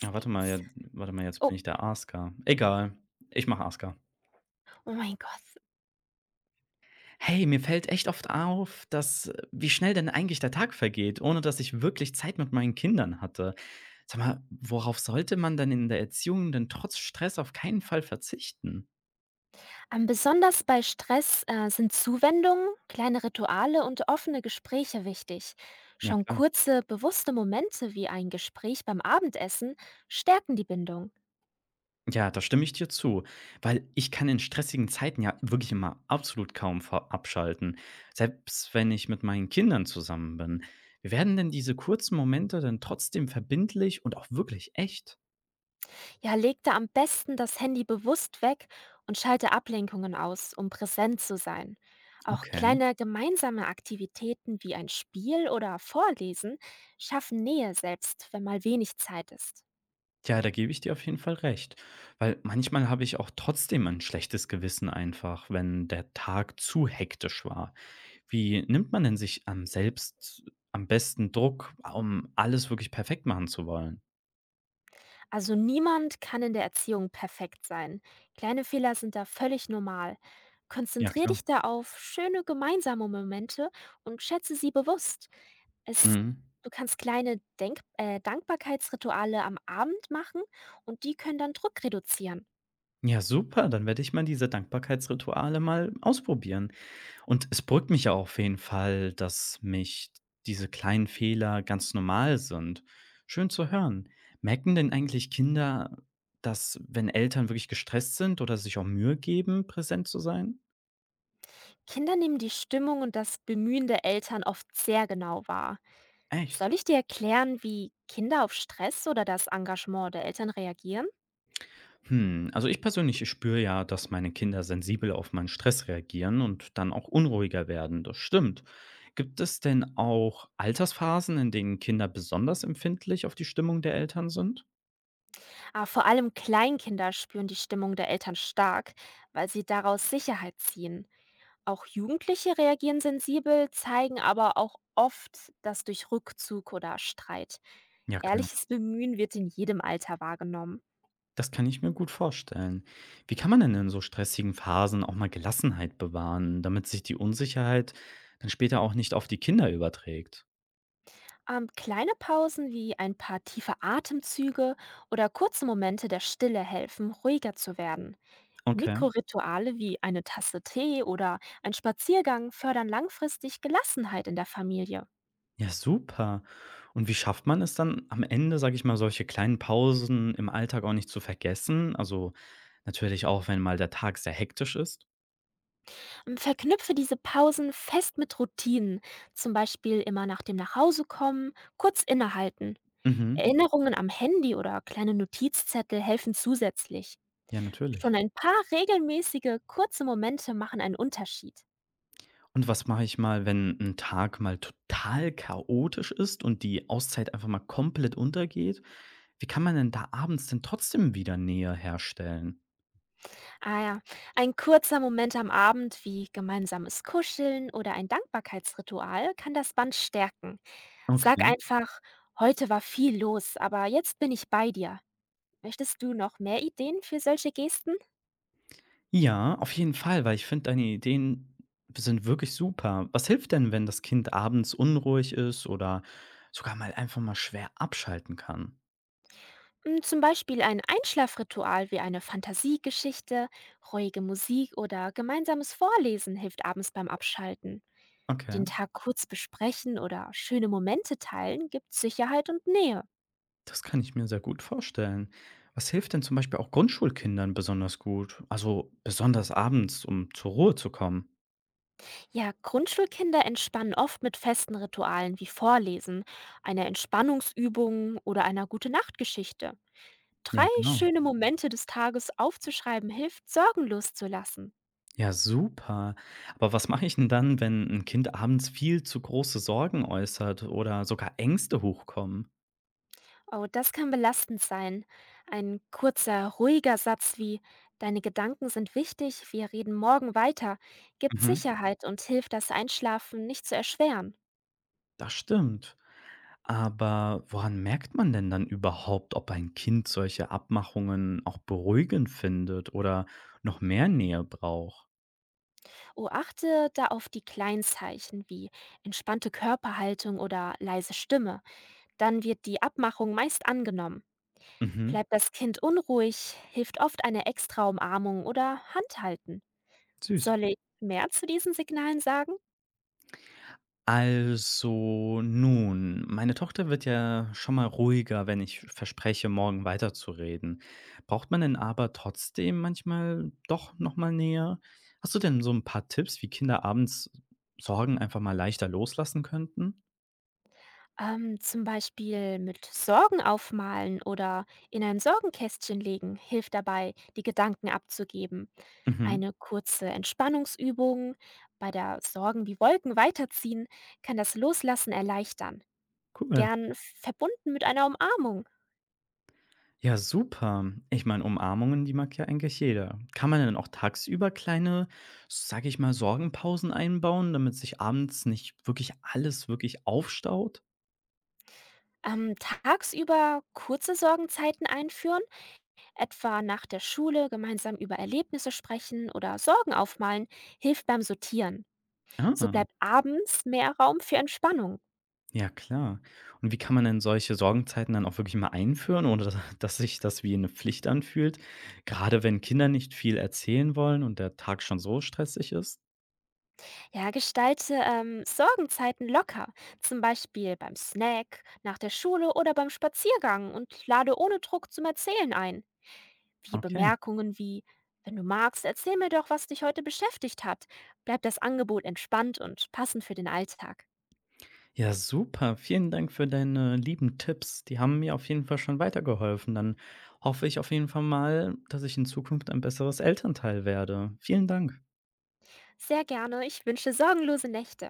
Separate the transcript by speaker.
Speaker 1: Was
Speaker 2: Ja, warte mal, ja,
Speaker 1: gibt's?
Speaker 2: warte mal, jetzt bin
Speaker 1: Oh,
Speaker 2: ich der Asker. Egal, ich mache Asker.
Speaker 1: oh mein Gott.
Speaker 2: Hey, mir fällt echt oft auf, dass wie schnell denn eigentlich der Tag vergeht, ohne dass ich wirklich Zeit mit meinen Kindern hatte. Sag mal, worauf sollte man denn in der Erziehung denn trotz Stress auf keinen Fall verzichten?
Speaker 1: Besonders bei Stress, sind Zuwendungen, kleine Rituale und offene Gespräche wichtig.
Speaker 2: Ja,
Speaker 1: Schon
Speaker 2: klar.
Speaker 1: kurze, bewusste Momente wie ein Gespräch beim Abendessen stärken die Bindung.
Speaker 2: Ja, da stimme ich dir zu, weil ich kann in stressigen Zeiten ja wirklich immer absolut kaum ver- abschalten, selbst wenn ich mit meinen Kindern zusammen bin. Wie werden denn diese kurzen Momente denn trotzdem verbindlich und auch wirklich echt?
Speaker 1: Ja, leg da am besten das Handy bewusst weg und schalte Ablenkungen aus, um präsent zu sein. Auch
Speaker 2: Okay.
Speaker 1: kleine gemeinsame Aktivitäten wie ein Spiel oder Vorlesen schaffen Nähe selbst, wenn mal wenig Zeit ist.
Speaker 2: Ja, da gebe ich dir auf jeden Fall recht. Weil manchmal habe ich auch trotzdem ein schlechtes Gewissen einfach, wenn der Tag zu hektisch war. Wie nimmt man denn sich am selbst am besten Druck, um alles wirklich perfekt machen zu wollen?
Speaker 1: Also niemand kann in der Erziehung perfekt sein. Kleine Fehler sind da völlig normal.
Speaker 2: Ja,
Speaker 1: Konzentrier
Speaker 2: klar.
Speaker 1: dich da auf schöne gemeinsame Momente und schätze sie bewusst. Es,
Speaker 2: Mhm.
Speaker 1: du kannst kleine Denk Dankbarkeitsrituale am Abend machen und die können dann Druck reduzieren.
Speaker 2: Ja, super. Dann werde ich mal diese Dankbarkeitsrituale mal ausprobieren. Und es beruhigt mich ja auf jeden Fall, dass mich diese kleinen Fehler ganz normal sind. Schön zu hören. Merken denn eigentlich Kinder, dass, wenn Eltern wirklich gestresst sind oder sich auch Mühe geben, präsent zu sein?
Speaker 1: Kinder nehmen die Stimmung und das Bemühen der Eltern oft sehr genau wahr.
Speaker 2: Echt?
Speaker 1: Soll ich dir erklären, wie Kinder auf Stress oder das Engagement der Eltern reagieren?
Speaker 2: Hm, also ich persönlich spüre ja, dass meine Kinder sensibel auf meinen Stress reagieren und dann auch unruhiger werden. Das stimmt. Gibt es denn auch Altersphasen, in denen Kinder besonders empfindlich auf die Stimmung der Eltern sind?
Speaker 1: Aber vor allem Kleinkinder spüren die Stimmung der Eltern stark, weil sie daraus Sicherheit ziehen. Auch Jugendliche reagieren sensibel, zeigen aber auch oft das durch Rückzug oder Streit.
Speaker 2: Ja, klar.
Speaker 1: Ehrliches Bemühen wird in jedem Alter wahrgenommen.
Speaker 2: Das kann ich mir gut vorstellen. Wie kann man denn in so stressigen Phasen auch mal Gelassenheit bewahren, damit sich die Unsicherheit dann später auch nicht auf die Kinder überträgt?
Speaker 1: Kleine Pausen wie ein paar tiefe Atemzüge oder kurze Momente der Stille helfen, ruhiger zu werden.
Speaker 2: Okay.
Speaker 1: Mikrorituale wie eine Tasse Tee oder ein Spaziergang fördern langfristig Gelassenheit in der Familie.
Speaker 2: Ja, super. Und wie schafft man es dann am Ende, sage ich mal, solche kleinen Pausen im Alltag auch nicht zu vergessen? Also natürlich auch, wenn mal der Tag sehr hektisch ist.
Speaker 1: Verknüpfe diese Pausen fest mit Routinen, zum Beispiel immer nach dem Nachhausekommen kurz innehalten.
Speaker 2: Mhm.
Speaker 1: Erinnerungen am Handy oder kleine Notizzettel helfen zusätzlich.
Speaker 2: Ja, natürlich.
Speaker 1: Schon ein paar regelmäßige, kurze Momente machen einen Unterschied.
Speaker 2: Und was mache ich mal, wenn ein Tag mal total chaotisch ist und die Auszeit einfach mal komplett untergeht? Wie kann man denn da abends denn trotzdem wieder Nähe herstellen?
Speaker 1: Ah ja, ein kurzer Moment am Abend wie gemeinsames Kuscheln oder ein Dankbarkeitsritual kann das Band stärken.
Speaker 2: Okay.
Speaker 1: Sag einfach, heute war viel los, aber jetzt bin ich bei dir. Möchtest du noch mehr Ideen für solche Gesten?
Speaker 2: Ja, auf jeden Fall, weil ich finde, deine Ideen sind wirklich super. Was hilft denn, wenn das Kind abends unruhig ist oder sogar mal einfach mal schwer abschalten kann?
Speaker 1: Mm, zum Beispiel ein Einschlafritual wie eine Fantasiegeschichte, ruhige Musik oder gemeinsames Vorlesen hilft abends beim Abschalten.
Speaker 2: Okay,
Speaker 1: Den Tag kurz besprechen oder schöne Momente teilen gibt Sicherheit und Nähe.
Speaker 2: das kann ich mir sehr gut vorstellen. Was hilft denn zum Beispiel auch Grundschulkindern besonders gut? Also, besonders abends, um zur Ruhe zu kommen?
Speaker 1: Ja, Grundschulkinder entspannen oft mit festen Ritualen wie Vorlesen, einer Entspannungsübung oder einer gute Nachtgeschichte. 3
Speaker 2: Ja, genau.
Speaker 1: schöne Momente des Tages aufzuschreiben hilft, sorgenlos zu lassen.
Speaker 2: Ja, super. Aber was mache ich denn dann, wenn ein Kind abends viel zu große Sorgen äußert oder sogar Ängste hochkommen?
Speaker 1: Oh, das kann belastend sein. Ein kurzer, ruhiger Satz wie Deine Gedanken sind wichtig, wir reden morgen weiter, gibt
Speaker 2: Mhm.
Speaker 1: Sicherheit und hilft, das Einschlafen nicht zu erschweren.
Speaker 2: Das stimmt. Aber woran merkt man denn dann überhaupt, ob ein Kind solche Abmachungen auch beruhigend findet oder noch mehr Nähe braucht?
Speaker 1: Oh, achte da auf die Kleinzeichen wie entspannte Körperhaltung oder leise Stimme. Dann wird die Abmachung meist angenommen.
Speaker 2: Mhm.
Speaker 1: Bleibt das Kind unruhig, hilft oft eine extra Umarmung oder Handhalten.
Speaker 2: Süß.
Speaker 1: Soll ich mehr zu diesen Signalen sagen?
Speaker 2: Also, nun, meine Tochter wird ja schon mal ruhiger, wenn ich verspreche, morgen weiterzureden. Braucht man denn aber trotzdem manchmal doch noch mal näher? Hast du denn so ein paar Tipps, wie Kinder abends Sorgen einfach mal leichter loslassen könnten?
Speaker 1: Zum Beispiel mit Sorgen aufmalen oder in ein Sorgenkästchen legen hilft dabei, die Gedanken abzugeben.
Speaker 2: Mhm.
Speaker 1: Eine kurze Entspannungsübung bei der Sorgen wie Wolken weiterziehen kann das Loslassen erleichtern.
Speaker 2: Cool.
Speaker 1: Gern verbunden mit einer Umarmung.
Speaker 2: Ja, super. Ich meine, Umarmungen, die mag ja eigentlich jeder. Kann man denn auch tagsüber kleine, sage ich mal, Sorgenpausen einbauen, damit sich abends nicht wirklich alles wirklich aufstaut?
Speaker 1: Tagsüber kurze Sorgenzeiten einführen, etwa nach der Schule gemeinsam über Erlebnisse sprechen oder Sorgen aufmalen, hilft beim Sortieren. So
Speaker 2: Ah.
Speaker 1: bleibt abends mehr Raum für Entspannung.
Speaker 2: Ja, klar. Und wie kann man denn solche Sorgenzeiten dann auch wirklich mal einführen, ohne dass dass sich das wie eine Pflicht anfühlt? Gerade wenn Kinder nicht viel erzählen wollen und der Tag schon so stressig ist?
Speaker 1: Ja, gestalte Sorgenzeiten locker, zum Beispiel beim Snack, nach der Schule oder beim Spaziergang und lade ohne Druck zum Erzählen ein, wie
Speaker 2: Okay.
Speaker 1: Bemerkungen wie Wenn du magst, erzähl mir doch, was dich heute beschäftigt hat. Bleibt das Angebot entspannt und passend für den Alltag.
Speaker 2: Ja, super. Vielen Dank für deine lieben Tipps. Die haben mir auf jeden Fall schon weitergeholfen. Dann hoffe ich auf jeden Fall mal, dass ich in Zukunft ein besseres Elternteil werde. Vielen Dank.
Speaker 1: Sehr gerne, ich wünsche sorgenlose Nächte.